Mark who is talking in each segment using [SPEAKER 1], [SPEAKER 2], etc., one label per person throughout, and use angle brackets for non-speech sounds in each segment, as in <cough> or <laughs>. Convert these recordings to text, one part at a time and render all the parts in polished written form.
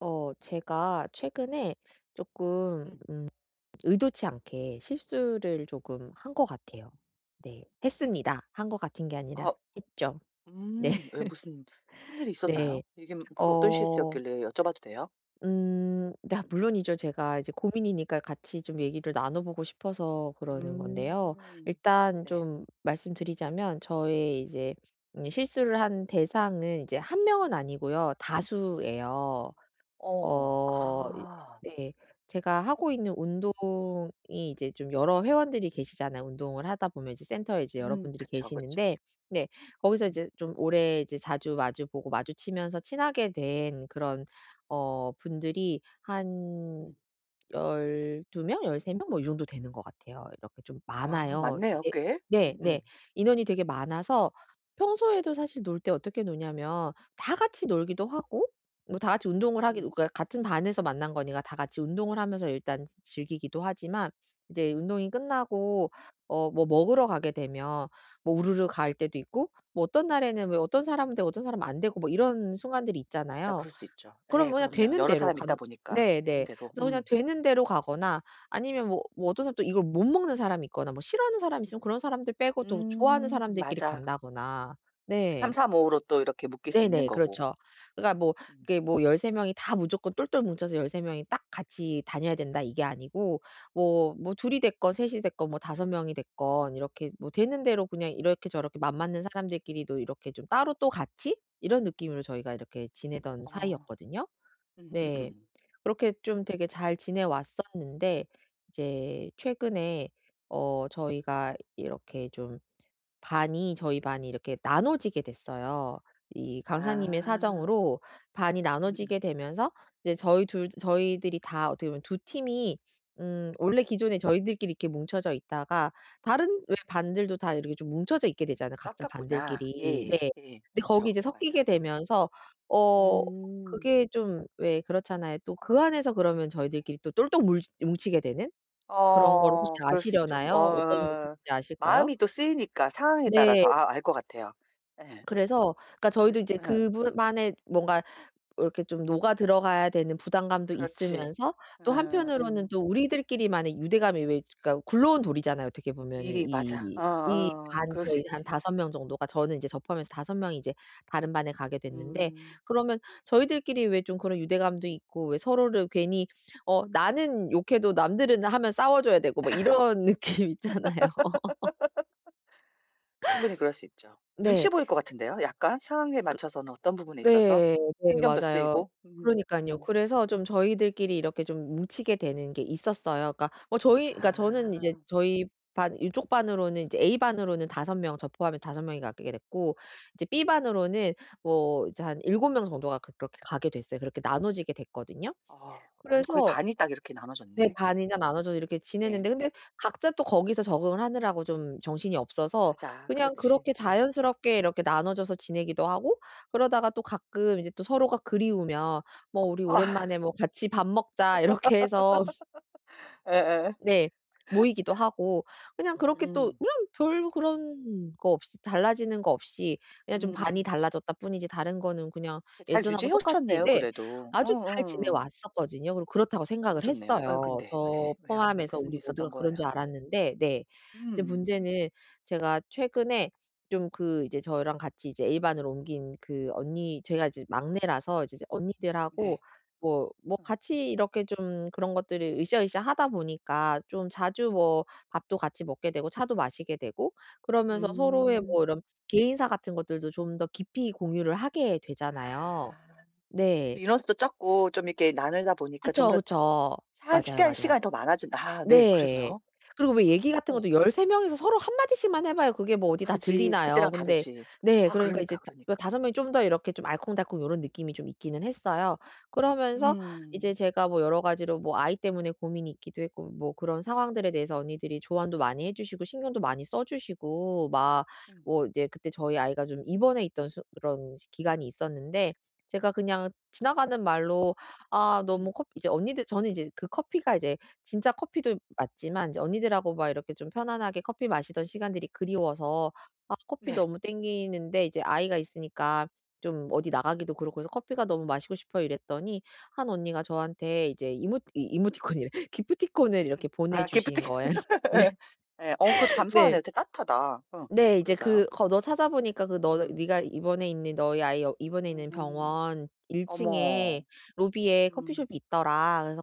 [SPEAKER 1] 제가 최근에 조금
[SPEAKER 2] 음.
[SPEAKER 1] 의도치 않게 실수를 조금 한 것 같아요. 네. 했습니다. 한 것 같은 게 아니라
[SPEAKER 2] 아
[SPEAKER 1] 했죠. 네.
[SPEAKER 2] 왜
[SPEAKER 1] <laughs>
[SPEAKER 2] 무슨 큰일이
[SPEAKER 1] 네.
[SPEAKER 2] 있었나요? 이게 뭐 무슨 어떤
[SPEAKER 1] 어
[SPEAKER 2] 실수였길래 여쭤봐도 돼요?
[SPEAKER 1] 네, 물론이죠. 제가 이제 고민이니까 같이 좀 얘기를 나눠 보고 싶어서 그러는 건데요.
[SPEAKER 2] 음.
[SPEAKER 1] 일단
[SPEAKER 2] 네.
[SPEAKER 1] 좀 말씀드리자면 저의 이제 실수를 한 대상은 이제 한 명은 아니고요. 다수예요.
[SPEAKER 2] 어.
[SPEAKER 1] 어 이
[SPEAKER 2] 아.
[SPEAKER 1] 네. 제가 하고 있는 운동이 이제 좀 여러 회원들이 계시잖아요. 운동을 하다 보면 이제 센터에 이제
[SPEAKER 2] 음.
[SPEAKER 1] 여러분들이
[SPEAKER 2] 그쵸, 그쵸.
[SPEAKER 1] 계시는데 네, 거기서
[SPEAKER 2] 음.
[SPEAKER 1] 이제 좀 오래 이제 자주 마주 보고 마주치면서 친하게 된 그런 분들이 한
[SPEAKER 2] 음.
[SPEAKER 1] 12 명, 13명 뭐 이 정도 되는 것 같아요. 이렇게 좀
[SPEAKER 2] 아 맞
[SPEAKER 1] 많아요.
[SPEAKER 2] 네
[SPEAKER 1] 좀
[SPEAKER 2] 요
[SPEAKER 1] 되
[SPEAKER 2] 꽤.
[SPEAKER 1] 네,
[SPEAKER 2] 음.
[SPEAKER 1] 네. 인원이 되게 많아서 평소에도 사실 놀 때 어떻게 노냐면 다 같이 놀기도 하고 뭐 다 같이 운동을 하기도,
[SPEAKER 2] 음.
[SPEAKER 1] 그러니까 같은 반에서 만난 거니까 다 같이 운동을 하면서 일단 즐기기도 하지만 이제 운동이 끝나고 뭐 먹으러 가게 되면 뭐 우르르 갈 때도 있고 뭐 어떤 날에는 왜 어떤 사람은 되고 어떤 사람은 안 되고 뭐 이런 순간들이
[SPEAKER 2] 맞아.
[SPEAKER 1] 있잖아요.
[SPEAKER 2] 그럴 수 있죠.
[SPEAKER 1] 그럼
[SPEAKER 2] 예,
[SPEAKER 1] 그냥
[SPEAKER 2] 그럼요.
[SPEAKER 1] 되는
[SPEAKER 2] 여러
[SPEAKER 1] 대로
[SPEAKER 2] 사람 있다
[SPEAKER 1] 간
[SPEAKER 2] 보니까 되는
[SPEAKER 1] 네네.
[SPEAKER 2] 대로.
[SPEAKER 1] 그래서 그냥
[SPEAKER 2] 음.
[SPEAKER 1] 되는 대로 가거나 아니면 뭐 어떤 사람 또 이걸 못 먹는 사람이 있거나 뭐 싫어하는 사람이 있으면 그런 사람들 빼고 또 좋아하는
[SPEAKER 2] 음.
[SPEAKER 1] 사람들끼리
[SPEAKER 2] 맞아.
[SPEAKER 1] 간다거나.
[SPEAKER 2] 이렇게 3-4-5
[SPEAKER 1] 네.
[SPEAKER 2] 로 또 이렇게 묶일 수 있는
[SPEAKER 1] 네네.
[SPEAKER 2] 거고.
[SPEAKER 1] 그렇죠. 그러니까
[SPEAKER 2] 음.
[SPEAKER 1] 뭐
[SPEAKER 2] 음.
[SPEAKER 1] 이게 뭐 13 명이 다 무조건 똘똘 뭉쳐서 13 명이 딱 같이 다녀야 된다 이게 아니고, 뭐 둘이 됐건 셋이 됐건 뭐섯 명이 됐건 이렇게 뭐 되는 대로 그냥 이렇게 저렇게 맘맞는 사람들끼리도 이렇게 좀 따로 또 같이 이런 느낌으로 저희가 이렇게 지내던
[SPEAKER 2] 어.
[SPEAKER 1] 사이였거든요. 네.
[SPEAKER 2] 음음음.
[SPEAKER 1] 그렇게 좀 되게 잘 지내왔었는데 이제 최근에 저희가 이렇게 좀 반이 저희 반이 이렇게 나눠지게 됐어요. 이 강사님의
[SPEAKER 2] 아.
[SPEAKER 1] 사정으로 반이
[SPEAKER 2] 음음.
[SPEAKER 1] 나눠지게 되면서 이제 저희들이 다 어떻게 보면 두 팀이, 원래 기존에 저희들끼리 이렇게 뭉쳐져 있다가 다른 왜 반들도 다 이렇게 좀 뭉쳐져 있게 되잖아요,
[SPEAKER 2] 깎같
[SPEAKER 1] 각자
[SPEAKER 2] 구나
[SPEAKER 1] 반들끼리.
[SPEAKER 2] 예.
[SPEAKER 1] 네.
[SPEAKER 2] 예.
[SPEAKER 1] 근데
[SPEAKER 2] 그쵸.
[SPEAKER 1] 거기 이제
[SPEAKER 2] 맞아.
[SPEAKER 1] 섞이게 되면서 어
[SPEAKER 2] 음.
[SPEAKER 1] 그게 좀 왜 그렇잖아요. 또 그 안에서 그러면 저희들끼리 또 똘똘 뭉치게 되는, 그런 거를 혹시
[SPEAKER 2] 어 그럴 수 있죠. 뭐,
[SPEAKER 1] 아시려나요? 어떤
[SPEAKER 2] 어
[SPEAKER 1] 느낌인지 아실까요?
[SPEAKER 2] 마음이 또 쓰이니까 상황에 따라서
[SPEAKER 1] 네.
[SPEAKER 2] 아 알 것 같아요. 예.
[SPEAKER 1] 그래서 그러니까 저희도
[SPEAKER 2] 그래서
[SPEAKER 1] 이제
[SPEAKER 2] 응,
[SPEAKER 1] 그분만의 뭔가 이렇게 좀 녹아 들어가야 되는 부담감도
[SPEAKER 2] 그렇지.
[SPEAKER 1] 있으면서 또
[SPEAKER 2] 응, 응.
[SPEAKER 1] 한편으로는 또 우리들끼리만의 유대감이, 왜 그러니까 굴러온 돌이잖아요 어떻게 보면은.
[SPEAKER 2] 미리 맞아.
[SPEAKER 1] 이
[SPEAKER 2] 어어.
[SPEAKER 1] 반,
[SPEAKER 2] 그럴 수
[SPEAKER 1] 저희 한
[SPEAKER 2] 있지.
[SPEAKER 1] 5명 정도가, 저는 이제 저 포함해서 5 명이 이제 다른 반에 가게 됐는데
[SPEAKER 2] 음.
[SPEAKER 1] 그러면 저희들끼리 왜 좀 그런 유대감도 있고, 왜 서로를 괜히 나는 욕해도 남들은 하면 싸워 줘야 되고 막 이런 <laughs> 느낌 있잖아요.
[SPEAKER 2] 충분히 그럴 수 있죠. 눈치
[SPEAKER 1] 네.
[SPEAKER 2] 보일 것 같은데요 약간? 상황에 맞춰서는 어떤 부분에 있어서
[SPEAKER 1] 네. 네
[SPEAKER 2] 신경도
[SPEAKER 1] 맞아요.
[SPEAKER 2] 쓰이고. 음.
[SPEAKER 1] 그러니깐요.
[SPEAKER 2] 음.
[SPEAKER 1] 그래서 좀 저희들끼리 이렇게 좀 뭉치게 되는 게 있었어요. 그러니까 뭐 저희, 그러니까 저는 이제
[SPEAKER 2] 아.
[SPEAKER 1] 저희 반 이쪽 반으로는 이제 A 반으로는 5명, 저 포함해 5 명이 가게 됐고 이제 B 반으로는 뭐 이제 한 7명 정도가 그렇게 가게 됐어요. 그렇게 나눠지게 됐거든요.
[SPEAKER 2] 어 완전 거의
[SPEAKER 1] 그래서
[SPEAKER 2] 반이 딱 이렇게
[SPEAKER 1] 네.
[SPEAKER 2] 나눠졌네.
[SPEAKER 1] 반이나 나눠서 이렇게
[SPEAKER 2] 네.
[SPEAKER 1] 지냈는데 근데 각자 또 거기서 적응을 하느라고 좀 정신이 없어서
[SPEAKER 2] 맞아.
[SPEAKER 1] 그냥
[SPEAKER 2] 그렇지.
[SPEAKER 1] 그렇게
[SPEAKER 2] 예.
[SPEAKER 1] 자연스럽게 이렇게 나눠져서 지내기도 하고 그러다가 또 가끔 이제 또 서로가 그리우면 "뭐 우리
[SPEAKER 2] 아
[SPEAKER 1] 오랜만에 뭐 같이 밥 먹자." 이렇게 해서
[SPEAKER 2] 예예. <laughs>
[SPEAKER 1] 네, 모이기도 하고 그냥 그렇게 또
[SPEAKER 2] 음.
[SPEAKER 1] 그냥 별 그런 거 없이 달라지는 거 없이 그냥 좀 반이
[SPEAKER 2] 음음.
[SPEAKER 1] 달라졌다 뿐이지 다른 거는 그냥
[SPEAKER 2] 그 잘
[SPEAKER 1] 예전하고
[SPEAKER 2] 유지해
[SPEAKER 1] 똑같이
[SPEAKER 2] 오셨네요
[SPEAKER 1] 네,
[SPEAKER 2] 그래도.
[SPEAKER 1] 아주 잘
[SPEAKER 2] 어어.
[SPEAKER 1] 지내왔었거든요. 그리고 그렇다고
[SPEAKER 2] 너무
[SPEAKER 1] 생각을
[SPEAKER 2] 좋네요. 예,
[SPEAKER 1] 했어요.
[SPEAKER 2] 근데 왜,
[SPEAKER 1] 저
[SPEAKER 2] 왜요?
[SPEAKER 1] 포함해서
[SPEAKER 2] 무슨 일이
[SPEAKER 1] 우리
[SPEAKER 2] 있었던
[SPEAKER 1] 모두가 그런 줄
[SPEAKER 2] 거예요?
[SPEAKER 1] 알았는데 네. 이제
[SPEAKER 2] 음.
[SPEAKER 1] 문제는, 제가 최근에 좀 그 이제 저랑 같이 이제 A반으로 옮긴 그 언니, 제가 이제 막내라서 이제 언니들하고
[SPEAKER 2] 네.
[SPEAKER 1] 뭐
[SPEAKER 2] 어.
[SPEAKER 1] 같이 이렇게 좀 그런 것들을 으쌰으쌰 하다 보니까 좀 자주 뭐 밥도 같이 먹게 되고 차도 마시게 되고 그러면서 서로의 뭐
[SPEAKER 2] 음.
[SPEAKER 1] 이런 개인사 같은 것들도 좀 더 깊이 공유를 하게
[SPEAKER 2] 아.
[SPEAKER 1] 되잖아요. 네.
[SPEAKER 2] 또 인원수도 적고 좀 이렇게 나누다 보니까 좀
[SPEAKER 1] 그쵸,
[SPEAKER 2] 더
[SPEAKER 1] 그쵸. 맞아요,
[SPEAKER 2] 함께할
[SPEAKER 1] 맞아요.
[SPEAKER 2] 시간이 더 많아진 아 네.
[SPEAKER 1] 네.
[SPEAKER 2] 그래서요?
[SPEAKER 1] 그리고 왜 얘기 같은
[SPEAKER 2] 어
[SPEAKER 1] 것도 13 명이서 서로 한 마디씩만 해 봐요. 그게 뭐 어디 다
[SPEAKER 2] 다르지. 그때랑
[SPEAKER 1] 들리나요. 근데
[SPEAKER 2] 다르지.
[SPEAKER 1] 네
[SPEAKER 2] 아
[SPEAKER 1] 그러니까 이제
[SPEAKER 2] 그러니까,
[SPEAKER 1] 다 그
[SPEAKER 2] 그러니까.
[SPEAKER 1] 다섯 명이 좀 더 이렇게 좀 알콩달콩 요런 느낌이 좀 있기는 했어요. 그러면서 이제
[SPEAKER 2] 음.
[SPEAKER 1] 제가 뭐 여러 가지로 뭐 아이 때문에 고민이 있기도 했고 뭐 그런 상황들에 대해서 언니들이 조언도 많이 해 주시고 신경도 많이 써 주시고 막,
[SPEAKER 2] 음.
[SPEAKER 1] 뭐 이제 그때 저희 아이가 좀 입원해 있던 수 그런 시 기간이 있었는데 제가 그냥 지나가는 말로 "아
[SPEAKER 2] 음.
[SPEAKER 1] 너무 커피" 이제 언니들, 저는 이제 그 커피가 이제 진짜 커피도 맞지만 이제 언니들하고 막 이렇게 좀 편안하게 커피 마시던 시간들이 그리워서 아 커피
[SPEAKER 2] 네.
[SPEAKER 1] 너무 땡기는데 이제 아이가 있으니까 좀 어디 나가기도 그렇고 해서 "커피가 너무 마시고 싶어요." 이랬더니 한 언니가 저한테 이제 이모티콘이래. <laughs> 기프티콘을
[SPEAKER 2] 음.
[SPEAKER 1] 이렇게
[SPEAKER 2] 아 기프트
[SPEAKER 1] 보내주신 거예요. <laughs>
[SPEAKER 2] <laughs>
[SPEAKER 1] 네.
[SPEAKER 2] 예. 예. 어 그래도
[SPEAKER 1] 네.
[SPEAKER 2] 감사하네요. 되게 따뜻하다. 어.
[SPEAKER 1] 네. 이제
[SPEAKER 2] 그래서요?
[SPEAKER 1] 그 거 너 찾아보니까 그 너
[SPEAKER 2] 음.
[SPEAKER 1] 네가 입원해 있는 너희 아이 여 입원해 있는
[SPEAKER 2] 음.
[SPEAKER 1] 병원 1
[SPEAKER 2] 어머.
[SPEAKER 1] 층에 로비에
[SPEAKER 2] 음.
[SPEAKER 1] 커피숍이 있더라. 그래서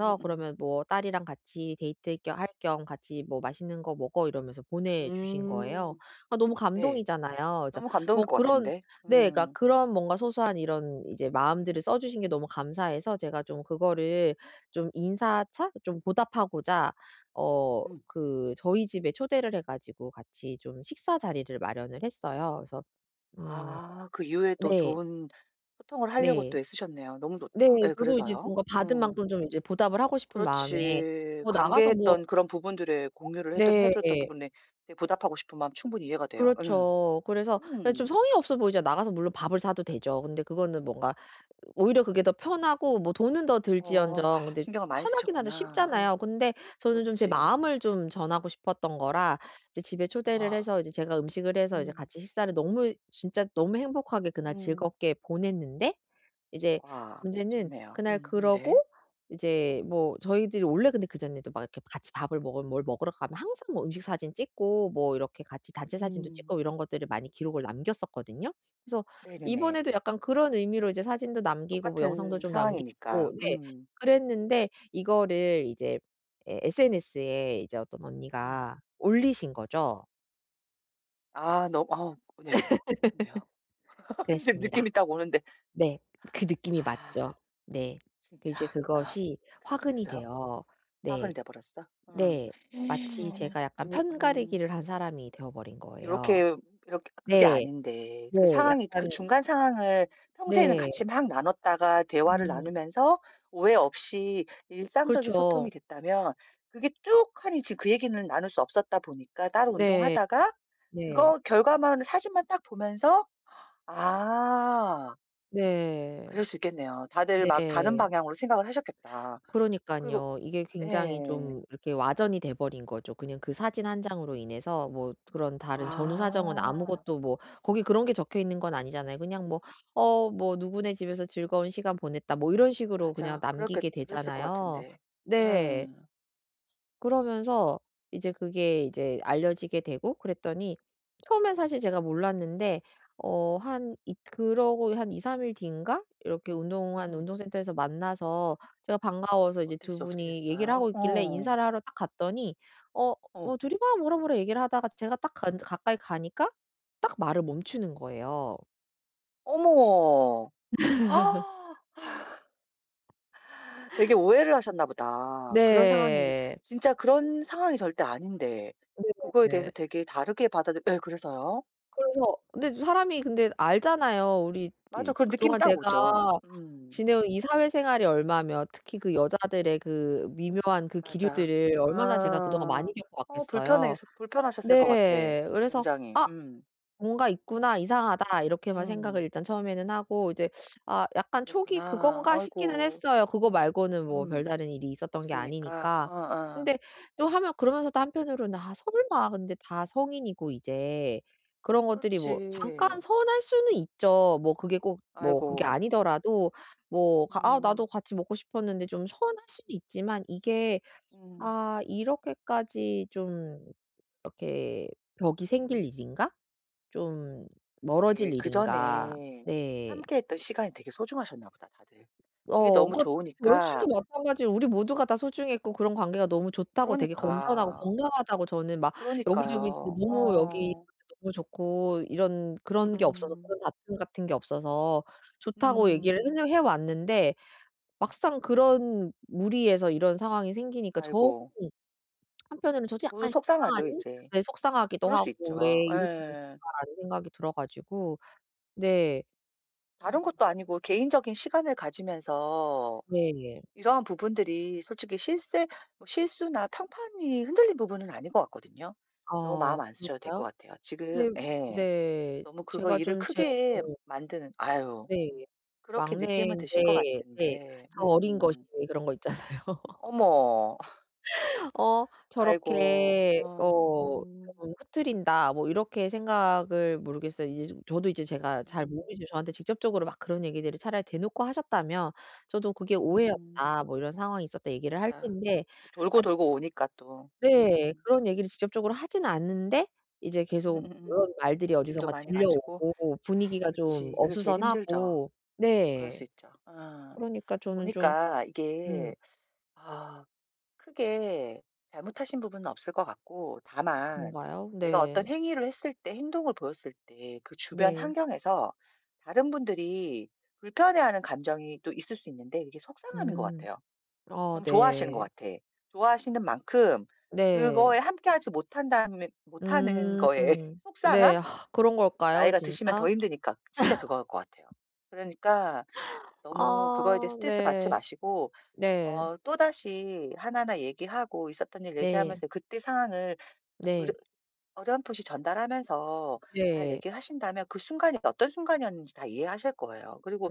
[SPEAKER 2] 음음. 음.
[SPEAKER 1] 그러면 뭐 딸이랑 같이 데이트 겸 할 겸 같이 뭐 맛있는 거 먹어." 이러면서 보내주신 거예요.
[SPEAKER 2] 음.
[SPEAKER 1] 아 너무
[SPEAKER 2] 네.
[SPEAKER 1] 감동이잖아요. 그래서
[SPEAKER 2] 너무 감동일
[SPEAKER 1] 뭐
[SPEAKER 2] 것
[SPEAKER 1] 그런,
[SPEAKER 2] 같은데.
[SPEAKER 1] 네. 그러니까
[SPEAKER 2] 음.
[SPEAKER 1] 그런 뭔가 소소한 이런 이제 마음들을 써 주신 게 너무 감사해서 제가 좀 그거를 좀 인사차 좀 보답하고자 어
[SPEAKER 2] 음.
[SPEAKER 1] 그 저희 집에 초대를 해 가지고 같이 좀 식사 자리를 마련을 했어요. 그래서
[SPEAKER 2] 아 그 이후에 또
[SPEAKER 1] 네.
[SPEAKER 2] 좋은 소통을 하려고 또
[SPEAKER 1] 네.
[SPEAKER 2] 애쓰셨네요. 너무
[SPEAKER 1] 네.
[SPEAKER 2] 좋다. 예
[SPEAKER 1] 저도 이제
[SPEAKER 2] 그래서요?
[SPEAKER 1] 뭔가 받은
[SPEAKER 2] 음.
[SPEAKER 1] 만큼 좀 이제 보답을 하고 싶은 마음에
[SPEAKER 2] 그렇지.
[SPEAKER 1] 뭐 나가서 뭐,
[SPEAKER 2] 관계했던 그런 부분들의 공유를 해 드려 해
[SPEAKER 1] 네.
[SPEAKER 2] 드렸던 부분에 되게 보답하고 싶은 마음 충분히 이해가 돼요. 예.
[SPEAKER 1] 그렇죠. 그래서 좀
[SPEAKER 2] 음.
[SPEAKER 1] 성의 없어 보이잖아. 나가서 물론 밥을 사도 되죠. 근데 그거는 뭔가 오히려 그게 더 편하고 뭐 돈은 더
[SPEAKER 2] 어
[SPEAKER 1] 들지언정,
[SPEAKER 2] 아
[SPEAKER 1] 근데
[SPEAKER 2] 신경을 많이
[SPEAKER 1] 편하긴 하죠.
[SPEAKER 2] 쓰셨구나. 어.
[SPEAKER 1] 쉽잖아요. 근데 저는 좀 제
[SPEAKER 2] 그렇지.
[SPEAKER 1] 마음을 좀 전하고 싶었던 거라 이제 집에 초대를
[SPEAKER 2] 와,
[SPEAKER 1] 해서 이제 제가 음식을 해서 이제
[SPEAKER 2] 음.
[SPEAKER 1] 같이 식사를 너무 진짜 너무 행복하게 그날
[SPEAKER 2] 음.
[SPEAKER 1] 즐겁게 보냈는데, 이제
[SPEAKER 2] 와
[SPEAKER 1] 문제는
[SPEAKER 2] 좋네요.
[SPEAKER 1] 그날 그러고
[SPEAKER 2] 네.
[SPEAKER 1] 이제
[SPEAKER 2] 어.
[SPEAKER 1] 뭐 저희들이 원래, 근데 그전에도 막 이렇게 같이 밥을 먹으면 뭘 먹으러 가면 항상 뭐 음식 사진 찍고 뭐 이렇게 같이 단체 사진도
[SPEAKER 2] 음.
[SPEAKER 1] 찍고 이런 것들을 많이 기록을 남겼었거든요. 그래서
[SPEAKER 2] 네네네.
[SPEAKER 1] 이번에도 약간 그런 의미로 이제 사진도 남기고 뭐 영상도
[SPEAKER 2] 똑같은
[SPEAKER 1] 좀
[SPEAKER 2] 상황이니까.
[SPEAKER 1] 남기고 네,
[SPEAKER 2] 음.
[SPEAKER 1] 그랬는데 이거를 이제 에 SNS에 이제 어떤
[SPEAKER 2] 음.
[SPEAKER 1] 언니가 올리신 거죠.
[SPEAKER 2] 아 너무 아 네. 근데요? <laughs> 지금
[SPEAKER 1] 그랬습니다.
[SPEAKER 2] 느낌이 딱 오는데
[SPEAKER 1] 네. 그 느낌이 맞죠.
[SPEAKER 2] 아
[SPEAKER 1] 네. 그 이제
[SPEAKER 2] 진짜. 아
[SPEAKER 1] 그것이
[SPEAKER 2] 그래서 어떻게
[SPEAKER 1] 화근이
[SPEAKER 2] 됐어요?
[SPEAKER 1] 돼요.
[SPEAKER 2] 파근이
[SPEAKER 1] 네.
[SPEAKER 2] 돼 버렸어? 응.
[SPEAKER 1] 네. 마치 제가 약간
[SPEAKER 2] 분위
[SPEAKER 1] 편가르기를 한 사람이 되어 버린 거예요.
[SPEAKER 2] 요렇게 이렇게 그게
[SPEAKER 1] 네.
[SPEAKER 2] 아닌데
[SPEAKER 1] 네.
[SPEAKER 2] 그 상황이 그
[SPEAKER 1] 약간,
[SPEAKER 2] 중간 상황을 평소에는
[SPEAKER 1] 네.
[SPEAKER 2] 같이 막 나눴다가 대화를
[SPEAKER 1] 음.
[SPEAKER 2] 나누면서 오해 없이 일상적인 소통이
[SPEAKER 1] 그렇죠.
[SPEAKER 2] 됐다면 그게 쭉 하니 지금 그 얘기는 나눌 수 없었다 보니까 따로
[SPEAKER 1] 네.
[SPEAKER 2] 운동하다가
[SPEAKER 1] 네.
[SPEAKER 2] 그거 결과만 사진만 딱 보면서 아
[SPEAKER 1] 네.
[SPEAKER 2] 그럴 수 있겠네요. 다들 막 다른
[SPEAKER 1] 네.
[SPEAKER 2] 방향으로 생각을 하셨겠다. 그리고
[SPEAKER 1] 그러니깐요. 이게 굉장히
[SPEAKER 2] 예.
[SPEAKER 1] 좀 이렇게 와전이 돼 버린 거죠. 그냥 그 사진 한 장으로 인해서 뭐 그런 다른 전후 사정은
[SPEAKER 2] 아
[SPEAKER 1] 아무것도 뭐 거기 그런 게 적혀 있는 건 아니잖아요. 그냥 뭐 "어 뭐 누구네 집에서 즐거운 시간 보냈다." 뭐 이런 식으로 그냥
[SPEAKER 2] 맞아. 그렇게
[SPEAKER 1] 남기게
[SPEAKER 2] 그랬을 것
[SPEAKER 1] 되잖아요.
[SPEAKER 2] 같은데. 예.
[SPEAKER 1] 네. 그러면서 이제 그게 이제 알려지게 되고 그랬더니 처음엔 사실 제가 몰랐는데 어 한 이 그러고 한 2-3일 뒤인가 이렇게
[SPEAKER 2] 음.
[SPEAKER 1] 운동센터에서 만나서 제가 반가워서 이제 두
[SPEAKER 2] 어땠어? 어떻게
[SPEAKER 1] 분이 얘기를
[SPEAKER 2] 됐어요?
[SPEAKER 1] 하고 있길래
[SPEAKER 2] 어.
[SPEAKER 1] 인사를 하러 딱 갔더니 어
[SPEAKER 2] 어.
[SPEAKER 1] 뭐 둘이 막 뭐라 뭐라 얘기를 하다가 제가 딱 간 가까이 가니까 딱 말을 멈추는 거예요.
[SPEAKER 2] 어머. 아, 되게 오해를 하셨나 보다. 그런 상황이
[SPEAKER 1] 네.
[SPEAKER 2] 진짜 그런 상황이 절대 아닌데 그거에 대해서
[SPEAKER 1] 네네네.
[SPEAKER 2] 되게 다르게 받아들 예 그래서요?
[SPEAKER 1] 그래서 근데 사람이 근데 알잖아요. 우리
[SPEAKER 2] 맞아.
[SPEAKER 1] 이
[SPEAKER 2] 그런 느낌이
[SPEAKER 1] 그동안
[SPEAKER 2] 딱 오죠.
[SPEAKER 1] 제가
[SPEAKER 2] 음.
[SPEAKER 1] 지내온 이 사회생활이 얼마며 특히 그 여자들의 그 미묘한 그
[SPEAKER 2] 맞아.
[SPEAKER 1] 기류들을 얼마나 제가 그동안
[SPEAKER 2] 아.
[SPEAKER 1] 많이
[SPEAKER 2] 어
[SPEAKER 1] 겪어왔겠어요.
[SPEAKER 2] 불편해서 불편하셨을 것 같아
[SPEAKER 1] 네. 그래서
[SPEAKER 2] 굉장히.
[SPEAKER 1] '아
[SPEAKER 2] 음.
[SPEAKER 1] 뭔가 있구나. 이상하다.' 이렇게만 생각을
[SPEAKER 2] 음.
[SPEAKER 1] 일단 처음에는 하고 이제 아 약간 초기
[SPEAKER 2] 그랬구나.
[SPEAKER 1] '그건가?' 싶기는
[SPEAKER 2] 아이고.
[SPEAKER 1] 했어요. 그거 말고는 뭐
[SPEAKER 2] 음.
[SPEAKER 1] 별다른 일이 있었던 게
[SPEAKER 2] 없으니까. 아,
[SPEAKER 1] 아니니까.
[SPEAKER 2] 아.
[SPEAKER 1] 근데 또 하면 그러면서도 한편으로는 '아 설마.' 근데 다 성인이고 이제 그런 것들이 뭐 잠깐
[SPEAKER 2] 그렇지.
[SPEAKER 1] 서운할 수는 있죠. 뭐 그게 꼭 뭐 그게
[SPEAKER 2] 아이고.
[SPEAKER 1] 아니더라도 뭐 가 '아
[SPEAKER 2] 음.
[SPEAKER 1] 나도 같이 먹고 싶었는데.' 좀 서운할 수는 있지만 이게
[SPEAKER 2] 음.
[SPEAKER 1] '아 이렇게까지 좀 이렇게 벽이 생길
[SPEAKER 2] 음.
[SPEAKER 1] 일인가?' 좀
[SPEAKER 2] 이게
[SPEAKER 1] 멀어질 일인가.
[SPEAKER 2] 그전에
[SPEAKER 1] 네.
[SPEAKER 2] 함께했던 시간이 되게 소중하셨나 보다 다들. 그게
[SPEAKER 1] 어
[SPEAKER 2] 너무
[SPEAKER 1] 그 저 역시도
[SPEAKER 2] 좋으니까
[SPEAKER 1] 마찬가지로 우리 모두가 다 소중했고 그런 관계가 너무 좋다고 되게 건전하고
[SPEAKER 2] 그러니까.
[SPEAKER 1] 건강하다고 저는 막 여기저기 진짜
[SPEAKER 2] 그러니까요. 어.
[SPEAKER 1] 너무 좋고 이런
[SPEAKER 2] 음음.
[SPEAKER 1] 그런 게 없어서
[SPEAKER 2] 음.
[SPEAKER 1] 그런 다툼 같은 게 없어서 좋다고 얘기를
[SPEAKER 2] 음.
[SPEAKER 1] 해 왔는데 막상 그런 무리에서 이런 상황이 생기니까 저
[SPEAKER 2] 아이고.
[SPEAKER 1] 한편으로는 저도
[SPEAKER 2] 모두
[SPEAKER 1] 약간
[SPEAKER 2] 속상하죠
[SPEAKER 1] 실망하는,
[SPEAKER 2] 이제.
[SPEAKER 1] 네 속상하기도
[SPEAKER 2] 그럴 수
[SPEAKER 1] 하고 '왜
[SPEAKER 2] 있죠.
[SPEAKER 1] 이렇게
[SPEAKER 2] 예.
[SPEAKER 1] 됐을까.'라는 생각이 들어 가지고 네.
[SPEAKER 2] 다른 것도 아니고 개인적인 시간을 가지면서
[SPEAKER 1] 네.
[SPEAKER 2] 이러한 부분들이 솔직히 실세 뭐 실수나 평판이 흔들린 부분은 아닌 것 같거든요. 너무 마음
[SPEAKER 1] 아
[SPEAKER 2] 안 쓰셔도 될 것
[SPEAKER 1] 그럴까요?
[SPEAKER 2] 같아요. 지금
[SPEAKER 1] 근데
[SPEAKER 2] 예.
[SPEAKER 1] 네.
[SPEAKER 2] 너무 그거
[SPEAKER 1] 제가
[SPEAKER 2] 일을
[SPEAKER 1] 좀 제
[SPEAKER 2] 크게 만드는 아유
[SPEAKER 1] 네.
[SPEAKER 2] 그렇게 느낌은 드실 것
[SPEAKER 1] 막내인데 네.
[SPEAKER 2] 같은데.
[SPEAKER 1] 저 어린 것이
[SPEAKER 2] 음.
[SPEAKER 1] 왜 그런 거 있잖아요.
[SPEAKER 2] 어머. <laughs>
[SPEAKER 1] <laughs>
[SPEAKER 2] 아이고.
[SPEAKER 1] 저렇게
[SPEAKER 2] 어. 음.
[SPEAKER 1] 좀 흐트린다.' 뭐 이렇게 생각을, 모르겠어요. 이제 좀 저도 이제 제가 잘
[SPEAKER 2] 음.
[SPEAKER 1] 모르지만 저한테 직접적으로 막 그런 얘기들을 차라리 대놓고 하셨다면 저도 "그게
[SPEAKER 2] 음.
[SPEAKER 1] 오해였다. 뭐 이런 상황이 있었다." 얘기를 할
[SPEAKER 2] 맞아.
[SPEAKER 1] 텐데
[SPEAKER 2] 돌고
[SPEAKER 1] 아
[SPEAKER 2] 돌고 오니까 또.
[SPEAKER 1] 네.
[SPEAKER 2] 음.
[SPEAKER 1] 그런 얘기를 직접적으로 하지는 않는데 이제 계속
[SPEAKER 2] 음음음.
[SPEAKER 1] 그런 말들이
[SPEAKER 2] 느낌도
[SPEAKER 1] 어디선가
[SPEAKER 2] 많이 가지고.
[SPEAKER 1] 들려오고
[SPEAKER 2] 아
[SPEAKER 1] 분위기가 좀
[SPEAKER 2] 그치. 그게 제일 힘들죠.
[SPEAKER 1] 어수선하고
[SPEAKER 2] 그럴 수
[SPEAKER 1] 네.
[SPEAKER 2] 있죠. 어.
[SPEAKER 1] 그러니까 저는 좀
[SPEAKER 2] 보니까
[SPEAKER 1] 음
[SPEAKER 2] 이게 아 크게 잘못하신 부분은 없을 것 같고 다만
[SPEAKER 1] 그런가요?
[SPEAKER 2] 내가 어떤
[SPEAKER 1] 네.
[SPEAKER 2] 행위를 했을 때 행동을 보였을 때 그 주변
[SPEAKER 1] 네.
[SPEAKER 2] 환경에서 다른 분들이 불편해하는 감정이 또 있을 수 있는데 이게 속상하는 것
[SPEAKER 1] 음.
[SPEAKER 2] 같아요.
[SPEAKER 1] 아
[SPEAKER 2] 너무 좋아하시는 것
[SPEAKER 1] 네.
[SPEAKER 2] 같아. 좋아하시는 만큼
[SPEAKER 1] 네.
[SPEAKER 2] 그거에 함께하지 못한다면 못하는
[SPEAKER 1] 음.
[SPEAKER 2] 거에 <laughs>
[SPEAKER 1] 네.
[SPEAKER 2] 속상함?
[SPEAKER 1] 아 그런 걸까요
[SPEAKER 2] 나이가 드시면
[SPEAKER 1] 진짜?
[SPEAKER 2] 더 힘드니까 진짜 그거일 것 같아요. 그러니까 너무 그거에 대해
[SPEAKER 1] 아
[SPEAKER 2] 스트레스 받지
[SPEAKER 1] 네.
[SPEAKER 2] 마시고
[SPEAKER 1] 네.
[SPEAKER 2] 어 또다시 하나하나 얘기하고 있었던 일
[SPEAKER 1] 네.
[SPEAKER 2] 얘기하면서 그때 상황을
[SPEAKER 1] 네.
[SPEAKER 2] 으르 어렴풋이 전달하면서 잘
[SPEAKER 1] 네.
[SPEAKER 2] 얘기하신다면 그 순간이 어떤 순간이었는지 다 이해하실 거예요. 그리고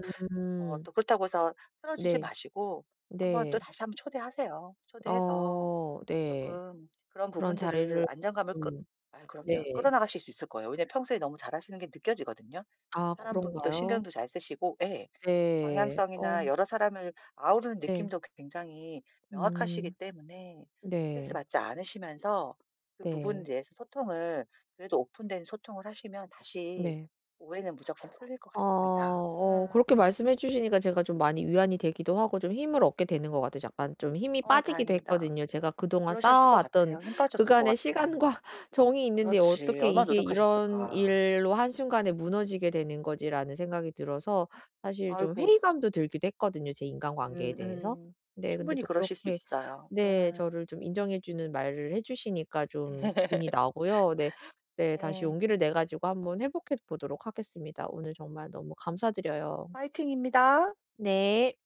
[SPEAKER 2] 어 또 그렇다고 해서 틀어지지
[SPEAKER 1] 네.
[SPEAKER 2] 마시고 한번 또
[SPEAKER 1] 네.
[SPEAKER 2] 다시 한번 초대하세요. 초대해서
[SPEAKER 1] 어
[SPEAKER 2] 조
[SPEAKER 1] 네.
[SPEAKER 2] 금 그런
[SPEAKER 1] 그런
[SPEAKER 2] 부분들을
[SPEAKER 1] 자리를
[SPEAKER 2] 안정감을 끌
[SPEAKER 1] 좀,
[SPEAKER 2] 아 그럼요.
[SPEAKER 1] 네.
[SPEAKER 2] 끌어나가실 수 있을 거예요. 왜냐면 평소에 너무 잘하시는 게 느껴지거든요.
[SPEAKER 1] 아
[SPEAKER 2] 사람 분도
[SPEAKER 1] 그런가요?
[SPEAKER 2] 신경도 잘 쓰시고 예.
[SPEAKER 1] 네.
[SPEAKER 2] 방향성이나
[SPEAKER 1] 어
[SPEAKER 2] 여러 사람을 아우르는
[SPEAKER 1] 네.
[SPEAKER 2] 느낌도 굉장히 명확하시기
[SPEAKER 1] 음.
[SPEAKER 2] 때문에
[SPEAKER 1] 네.
[SPEAKER 2] 스트레스
[SPEAKER 1] 네.
[SPEAKER 2] 받지 않으시면서 그 부분에
[SPEAKER 1] 네.
[SPEAKER 2] 대해서 소통을 그래도 오픈된 소통을 하시면 다시
[SPEAKER 1] 네.
[SPEAKER 2] 오해는 무조건 풀릴 것
[SPEAKER 1] 아
[SPEAKER 2] 같습니다. 음.
[SPEAKER 1] 그렇게 말씀해 주시니까 제가 좀 많이 위안이 되기도 하고 좀 힘을 얻게 되는 것 같아요. 약간 좀 힘이
[SPEAKER 2] 어
[SPEAKER 1] 빠지기도
[SPEAKER 2] 다행입니다.
[SPEAKER 1] 했거든요. 제가 그동안
[SPEAKER 2] 그러셨을 것
[SPEAKER 1] 쌓아왔던
[SPEAKER 2] 같아요. 힘 빠졌을 것
[SPEAKER 1] 그간의
[SPEAKER 2] 같아.
[SPEAKER 1] 시간과 <laughs> 정이 있는데
[SPEAKER 2] 그렇지.
[SPEAKER 1] '어떻게
[SPEAKER 2] 얼마나
[SPEAKER 1] 이게 이런
[SPEAKER 2] 노력하셨을까.
[SPEAKER 1] 일로 한순간에 무너지게 되는 거지.'라는 생각이 들어서 사실 좀
[SPEAKER 2] 아이고.
[SPEAKER 1] 회의감도 들기도 했거든요, 제 인간관계에
[SPEAKER 2] 음
[SPEAKER 1] 대해서.
[SPEAKER 2] 음.
[SPEAKER 1] 네 근데
[SPEAKER 2] 충분히
[SPEAKER 1] 또
[SPEAKER 2] 그러실 수
[SPEAKER 1] 그렇게
[SPEAKER 2] 있어요.
[SPEAKER 1] 네
[SPEAKER 2] 음.
[SPEAKER 1] 저를 좀 인정해 주는 말을 해 주시니까 좀 기운이
[SPEAKER 2] <laughs>
[SPEAKER 1] 나고요. 네. 네. 다시
[SPEAKER 2] 네,
[SPEAKER 1] 용기를 내 가지고 한번 회복해 보도록 하겠습니다. 오늘 정말 너무 감사드려요.
[SPEAKER 2] 파이팅입니다
[SPEAKER 1] 네.